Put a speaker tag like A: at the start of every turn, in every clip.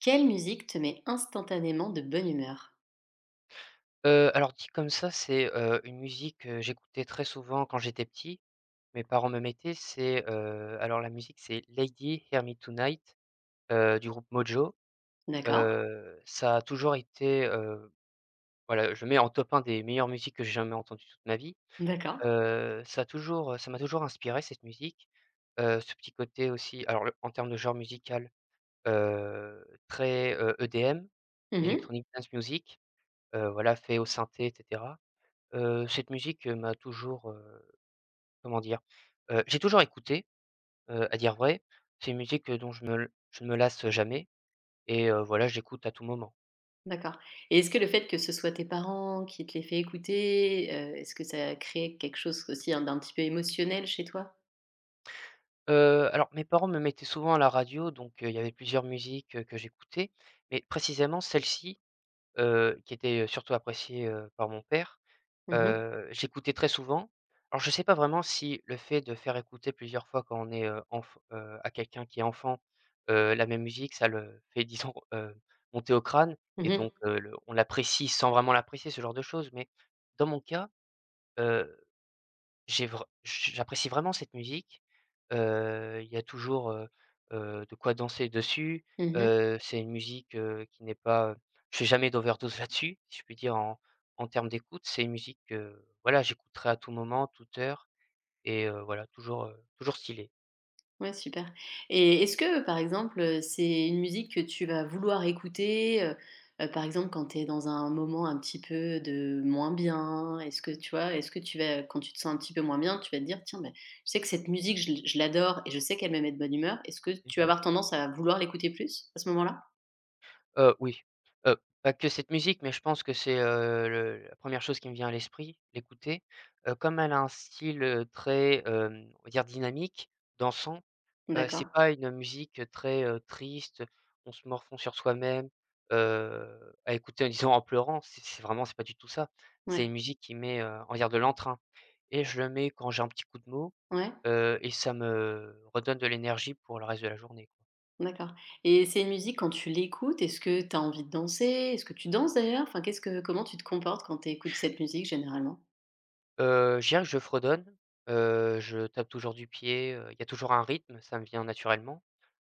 A: Quelle musique te met instantanément de bonne humeur?
B: Alors dit comme ça, c'est, une musique que j'écoutais très souvent quand j'étais petit. Mes parents me mettaient, alors la musique, c'est Lady Hear Me Tonight, du groupe Mojo.
A: D'accord,
B: Ça a toujours été, voilà, je mets en top un des meilleures musiques que j'ai jamais entendues toute ma vie.
A: d'accord.
B: Ça a toujours, ça m'a toujours inspiré cette musique. Ce petit côté aussi, alors le en termes de genre musical, très, EDM,
A: Mmh,
B: Electronic Dance Music, voilà fait au synthé et cetera. Cette musique, m'a toujours, comment dire? J'ai toujours écouté, à dire vrai. C'est une musique, dont je ne me lasse jamais et voilà, j'écoute à tout moment.
A: d'accord. Et est-ce que le fait que ce soit tes parents qui te les fait écouter, est-ce que ça crée quelque chose aussi, hein, d'un petit peu émotionnel chez toi?
B: Alors mes parents me mettaient souvent à la radio, donc il y avait plusieurs musiques, que j'écoutais, mais précisément celle-ci, qui était, surtout appréciée, par mon père.
A: Mmh mh.
B: J'écoutais très souvent. Alors je sais pas vraiment si le fait de faire écouter plusieurs fois quand on est, enf à quelqu'un qui est enfant, la même musique, ça le fait disons, monter au crâne et
A: Mmh.
B: donc le on l'apprécie sans vraiment l'apprécier, ce genre de choses. Mais dans mon cas, j'ai vr j'apprécie vraiment cette musique, il y a toujours, de quoi danser dessus,
A: Mmh.
B: c'est une musique, qui n'est pas, je fais jamais d'overdose là-dessus, si je puis dire en termes d'écoute. C'est une musique que, voilà, j'écouterai à tout moment, toute heure et voilà, toujours, toujours stylée.
A: Ouais, super. Et est-ce que, par exemple, c'est une musique que tu vas vouloir écouter, par exemple, quand tu es dans un moment un petit peu de moins bien? Est-ce que tu vois, est-ce que tu vas quand tu te sens un petit peu moins bien, tu vas te dire: «Tiens, ben je sais que cette musique, je l'adore et je sais qu'elle me met de bonne humeur». Est-ce que tu vas
B: Mmh.
A: avoir tendance à vouloir l'écouter plus, à ce moment-là?
B: Oui, heu, pas que cette musique, mais je pense que c'est, le la première chose qui me vient à l'esprit, l'écouter. Comme elle a un style, très, on va dire dynamique, dansant, c'est
A: D'accord.
B: pas une musique très, triste, on se morfond sur soi-même, à écouter, disons, en pleurant, c'est vraiment, c'est pas du tout ça.
A: Ouais.
B: C'est une musique qui met, on va dire, de l'entrain et je le mets quand j'ai un petit coup de mou,
A: Ouais,
B: et ça me redonne de l'énergie pour le reste de la journée.
A: d'accord. Et c'est une musique, quand tu l'écoutes, est-ce que tu as envie de danser? Est-ce que tu danses, d'ailleurs? Enfin, qu'est-ce que comment tu te comportes quand tu écoutes cette musique, généralement?
B: Je dirais que je fredonne, je tape toujours du pied, il y a toujours un rythme, ça me vient naturellement.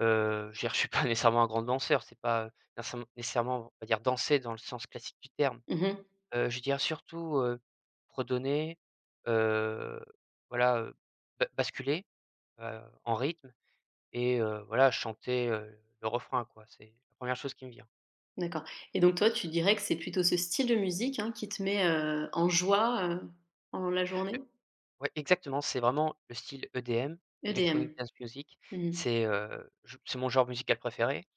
B: Je veux suis pas nécessairement un grand danseur, c'est pas, nécessairement, on va dire, danser dans le sens classique du terme.
A: Mmh.
B: Je dirais surtout, fredonner, heu, voilà, ba basculer, en rythme et voilà, chanter, le refrain, quoi. C'est la première chose qui me vient.
A: D'accord. Et donc toi, tu dirais que c'est plutôt ce style de musique, hein, qui te met, en joie, pendant la journée?
B: Ouais, exactement, c'est vraiment le style EDM,
A: EDM.
B: Electronic Dance Music.
A: Mmh mh.
B: C'est, je c'est mon genre musical préféré.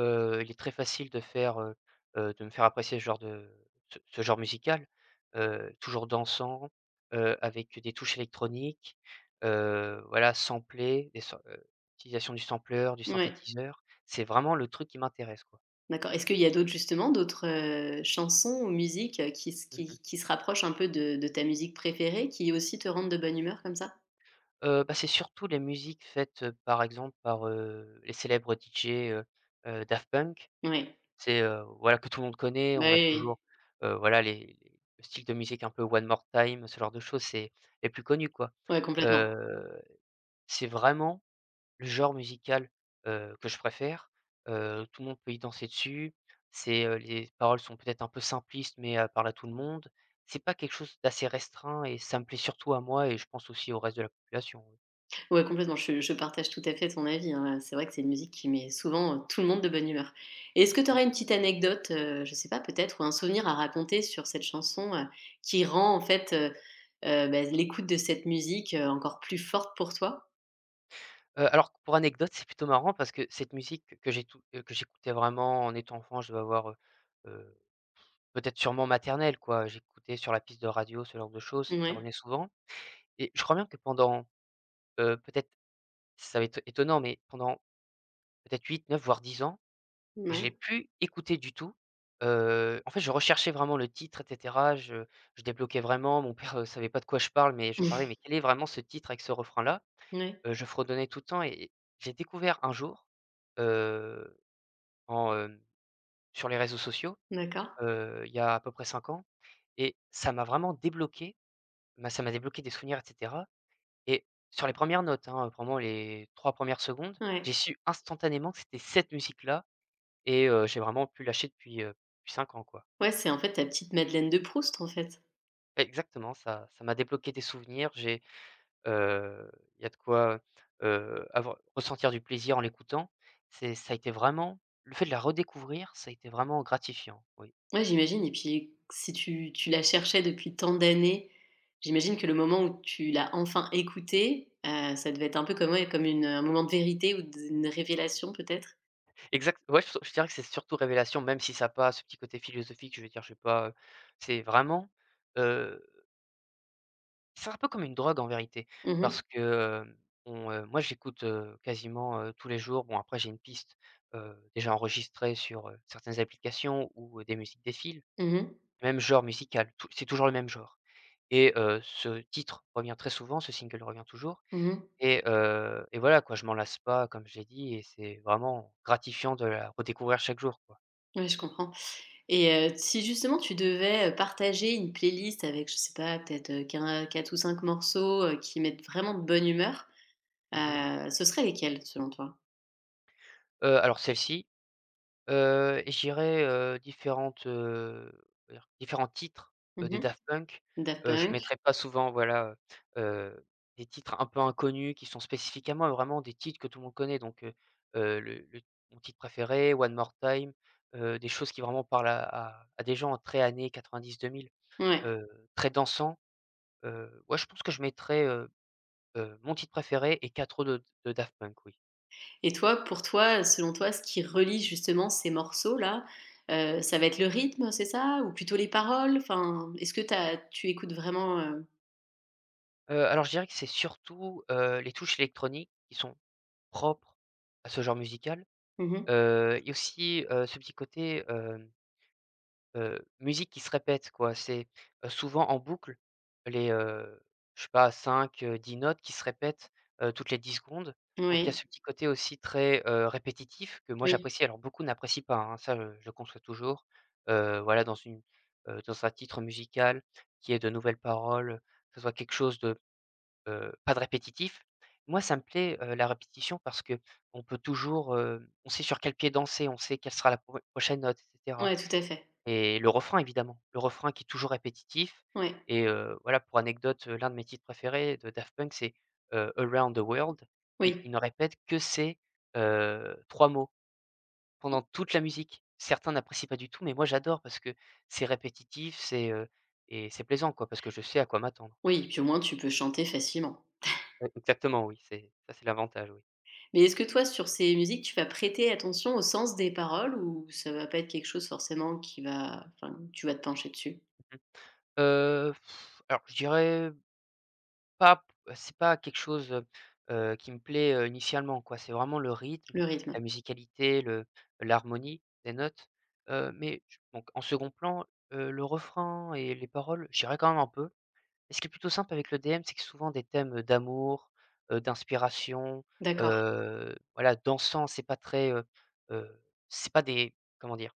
B: Il est très facile de faire, de me faire apprécier ce genre de ce genre musical, toujours dansant, avec des touches électroniques, voilà, samplé, des sam utilisation du sampler du
A: Ouais,
B: synthétiseur. C'est vraiment le truc qui m'intéresse, quoi.
A: d'accord. Est-ce qu'il y a d'autres, justement, d'autres, chansons ou musiques, qui se
B: Mmh mh.
A: qui se rapprochent un peu de ta musique préférée, qui aussi te rendent de bonne humeur comme ça?
B: Bah, c'est surtout les musiques faites, par exemple par, les célèbres DJ, heu Daft Punk.
A: Oui.
B: C'est, voilà, que tout le monde connaît.
A: Bah,
B: On a
A: oui, oui, oui.
B: toujours, voilà, les le style de musique un peu One More Time, ce genre de choses, c'est les plus connus, quoi.
A: Ouais, complètement.
B: Heu, c'est vraiment le genre musical, que je préfère, tout le monde peut y danser dessus. C'est, les paroles sont peut-être un peu simplistes, mais parlent à tout le monde. C'est pas quelque chose d'assez restreint et ça me plaît surtout à moi et je pense aussi au reste de la population, oui.
A: Ouais, complètement, je partage tout à fait ton avis, hein. C'est vrai que c'est une musique qui met souvent, tout le monde de bonne humeur. Et est-ce que tu aurais une petite anecdote, je sais pas, peut-être, ou un souvenir à raconter sur cette chanson, qui rend en fait, bah, l'écoute de cette musique, encore plus forte pour toi?
B: Alors pour anecdote, c'est plutôt marrant parce que cette musique que j'écoutais vraiment en étant enfant, je devais avoir, heu, peut-être sûrement maternelle quoi, j'écoutais sur la piste de radio, ce genre de choses, ça
A: Ouais,
B: revenait souvent et je crois bien que pendant, peut-être ça va être étonnant, mais pendant peut-être huit, neuf, voire 10 ans et je l'ai
A: ouais.
B: plus écouté du tout. En fait, je recherchais vraiment le titre et cetera. Je débloquais vraiment. Mon père, savait pas de quoi je parle, mais je parlais: «Mais quel est vraiment ce titre avec ce refrain-là?»
A: Ouais,
B: Je fredonnais tout le temps et j'ai découvert un jour, heu, en, hem, sur les réseaux sociaux,
A: d'accord.
B: il y a à peu près 5 ans et ça m'a vraiment débloqué. Bah, ça m'a débloqué des souvenirs et cetera et sur les premières notes, hein, vraiment les 3 premières secondes, j'ai
A: Ouais.
B: su instantanément que c'était cette musique-là. Et j'ai vraiment pu lâcher depuis, depuis 5 ans, quoi.
A: Ouais, c'est en fait ta petite Madeleine de Proust, en fait.
B: Exactement, ça m'a débloqué des souvenirs, j'ai, heu, il y a de quoi, avoir ressentir du plaisir en l'écoutant. C'est Ça a été vraiment le fait de la redécouvrir, ça a été vraiment gratifiant, oui.
A: Ouais, j'imagine, et puis si tu la cherchais depuis tant d'années, j'imagine que le moment où tu l'as enfin écoutée, ça devait être un peu comme ouais, comme une, un moment de vérité ou d une révélation peut-être?
B: Exact, ouais, je dirais que c'est surtout révélation, même si ça a pas ce petit côté philosophique, je veux dire, je sais pas, c'est vraiment, c'est un peu comme une drogue en vérité
A: Mhm,
B: parce que, on, moi j'écoute, quasiment, tous les jours. Bon, après j'ai une piste, déjà enregistrée sur, certaines applications ou, des musiques défilent.
A: mhm, mhm, mh.
B: Même genre musical, tou c'est toujours le même genre et ce titre revient très souvent, ce single revient toujours
A: Mmh.
B: et voilà quoi, je m'en lasse pas comme je l'ai dit et c'est vraiment gratifiant de la redécouvrir chaque jour quoi.
A: Ouais, je comprends. Et si justement tu devais, partager une playlist avec, je sais pas, peut-être, quatre ou 5 morceaux, qui mettent vraiment de bonne humeur,
B: Mmh mh.
A: ce serait lesquels selon toi?
B: Alors celle-ci. Et je dirais, différentes, on va dire, différents titres, des
A: Mhm,
B: Daft Punk.
A: Daft
B: Je
A: Punk?
B: mettrai pas souvent voilà, heu des titres un peu inconnus qui sont spécifiques à moi, vraiment des titres que tout le monde connaît, donc le mon titre préféré, One More Time, des choses qui vraiment parlent à des gens très années 90-2000,
A: Ouais.
B: heu, très dansant. Ouais, je pense que je mettrais, mon titre préféré et 4 autres de Daft Punk, oui.
A: Et toi, pour toi, selon toi, ce qui relie justement ces morceaux-là, ça va être le rythme, c'est ça? Ou plutôt les paroles? Enfin, est-ce que tu écoutes vraiment, heu?
B: Alors je dirais que c'est surtout, les touches électroniques qui sont propre à ce genre musical,
A: Mmh.
B: et aussi, ce petit côté, musique qui se répète quoi. C'est, souvent en boucle les, heu, je sais pas, cinq dix notes qui se répètent, toutes les 10 secondes. Donc il y a ce
A: Oui,
B: petit côté aussi très, répétitif que moi
A: oui,
B: j'apprécie. Alors beaucoup n'apprécient pas, hein, ça, je le conçois toujours. Voilà dans une, dans un titre musical qui est de nouvelles paroles, que ce soit quelque chose de pas de répétitif. Moi, ça me plaît, la répétition, parce que on peut toujours, on sait sur quel pied danser, on sait quelle sera la prochaine note et cetera
A: ouais, tout à fait.
B: et le refrain évidemment, le refrain qui est toujours répétitif
A: Ouais,
B: et voilà, pour anecdote, l'un de mes titres préférés de Daft Punk c'est, Around the World, et il
A: oui,
B: ne répète que ces, 3 mots pendant toute la musique. Certains n'apprécient pas du tout mais moi j'adore parce que c'est répétitif, et c'est plaisant quoi, parce que je sais à quoi m'attendre.
A: oui, puis au moins tu peux chanter facilement.
B: E Exactement, oui, c'est ça, c'est l'avantage, oui.
A: Mais est-ce que toi, sur ces musiques, tu vas prêter attention au sens des paroles, ou ça va pas être quelque chose forcément qui va, enfin, tu vas te pencher dessus?
B: Heu, alors je dirais pas, c'est pas quelque chose, qui me plaît, initialement quoi. C'est vraiment le rythme,
A: Le
B: la
A: rythme?
B: musicalité, le l'harmonie des notes, mais j donc en second plan, le refrain et les paroles, je dirais quand même un peu. Et ce qui est plutôt simple avec le DM, c'est que souvent des thèmes d'amour, d'inspiration,
A: D'accord,
B: voilà, dansant, c'est pas très, heu, c'est pas des, comment dire?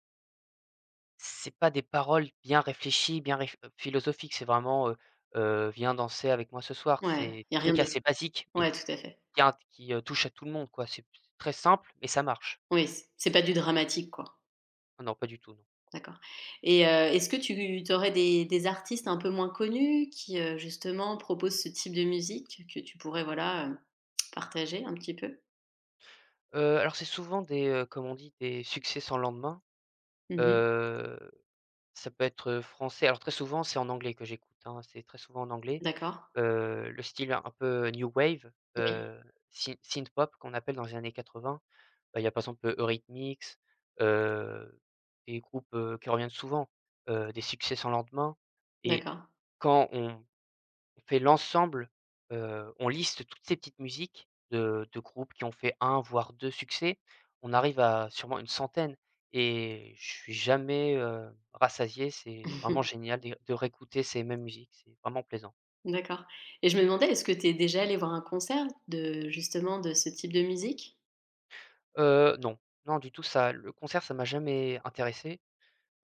B: C'est pas des paroles bien réfléchies, bien réf philosophiques, c'est vraiment, «Viens danser avec moi ce soir».
A: ouais,
B: C'est des
A: il y a rien
B: trucs assez
A: de
B: basiques et
A: ouais, tout à fait.
B: qui, touchent à tout le monde, quoi. C'est très simple, mais ça marche.
A: Oui, c'est pas du dramatique, quoi.
B: Ah non, pas du tout, non.
A: D'accord. Et est-ce que tu aurais des artistes un peu moins connus qui, justement proposent ce type de musique que tu pourrais, voilà, partager un petit peu?
B: Alors c'est souvent des, comme on dit, des succès sans lendemain.
A: Mmh.
B: Heu, Ça peut être, français, alors très souvent, c'est en anglais que j'écoute, hein, c'est très souvent en anglais.
A: D'accord.
B: Le style un peu new wave,
A: Oui.
B: heu, synth pop qu'on appelle dans les années 80. Bah, il y a par exemple, Eurythmics, heu, des groupes, qui reviennent souvent, des succès sans lendemain,
A: Oui,
B: et
A: d'accord.
B: quand on fait l'ensemble, on liste toutes ces petites musiques de groupes qui ont fait un voire 2 succès, on arrive à sûrement une centaine et je suis jamais, rassasié. C'est vraiment génial de réécouter ces mêmes musiques, c'est vraiment plaisant.
A: D'accord. Et je me demandais, est-ce que tu es déjà allé voir un concert de justement de ce type de musique?
B: Non, non, du tout, ça le concert ça m'a jamais intéressé.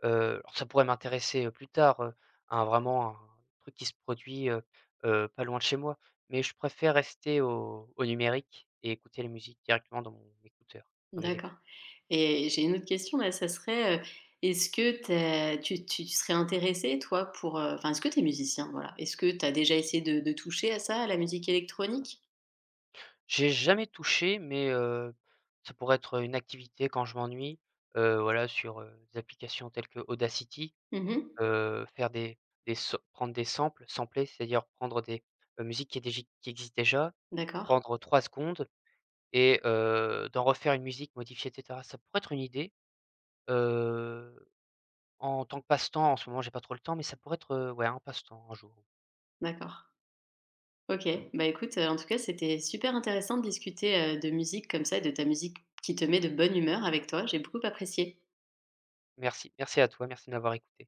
B: Heu, alors ça pourrait m'intéresser, plus tard, un vraiment un truc qui se produit, pas loin de chez moi, mais je préfère rester au numérique et écouter la musique directement dans mon écouteur, dans mes
A: D'accord.
B: écouteurs.
A: Et j'ai une autre question là, ça serait, est-ce que tu serais intéressé toi pour, enfin, est-ce que tu es musicien? Voilà. Est-ce que tu as déjà essayé de toucher à ça, à la musique électronique?
B: J'ai jamais touché, mais ça pourrait être une activité quand je m'ennuie, voilà, sur, des applications telles que Audacity,
A: Mmh.
B: faire des sam prendre des samples, sampler, c'est-à-dire prendre des, musiques qui est dégi qui existent déjà,
A: D'accord,
B: prendre 3 secondes. Et d'en refaire une musique modifiée et cetera. Ça pourrait être une idée, heu, en tant que passe-temps, en ce moment j'ai pas trop le temps, mais ça pourrait être, ouais, un passe-temps un jour.
A: d'accord. OK. Bah, écoute, en tout cas, c'était super intéressant de discuter, de musique comme ça et de ta musique qui te met de bonne humeur avec toi. J'ai beaucoup apprécié.
B: Merci à toi, merci de m'avoir écouté.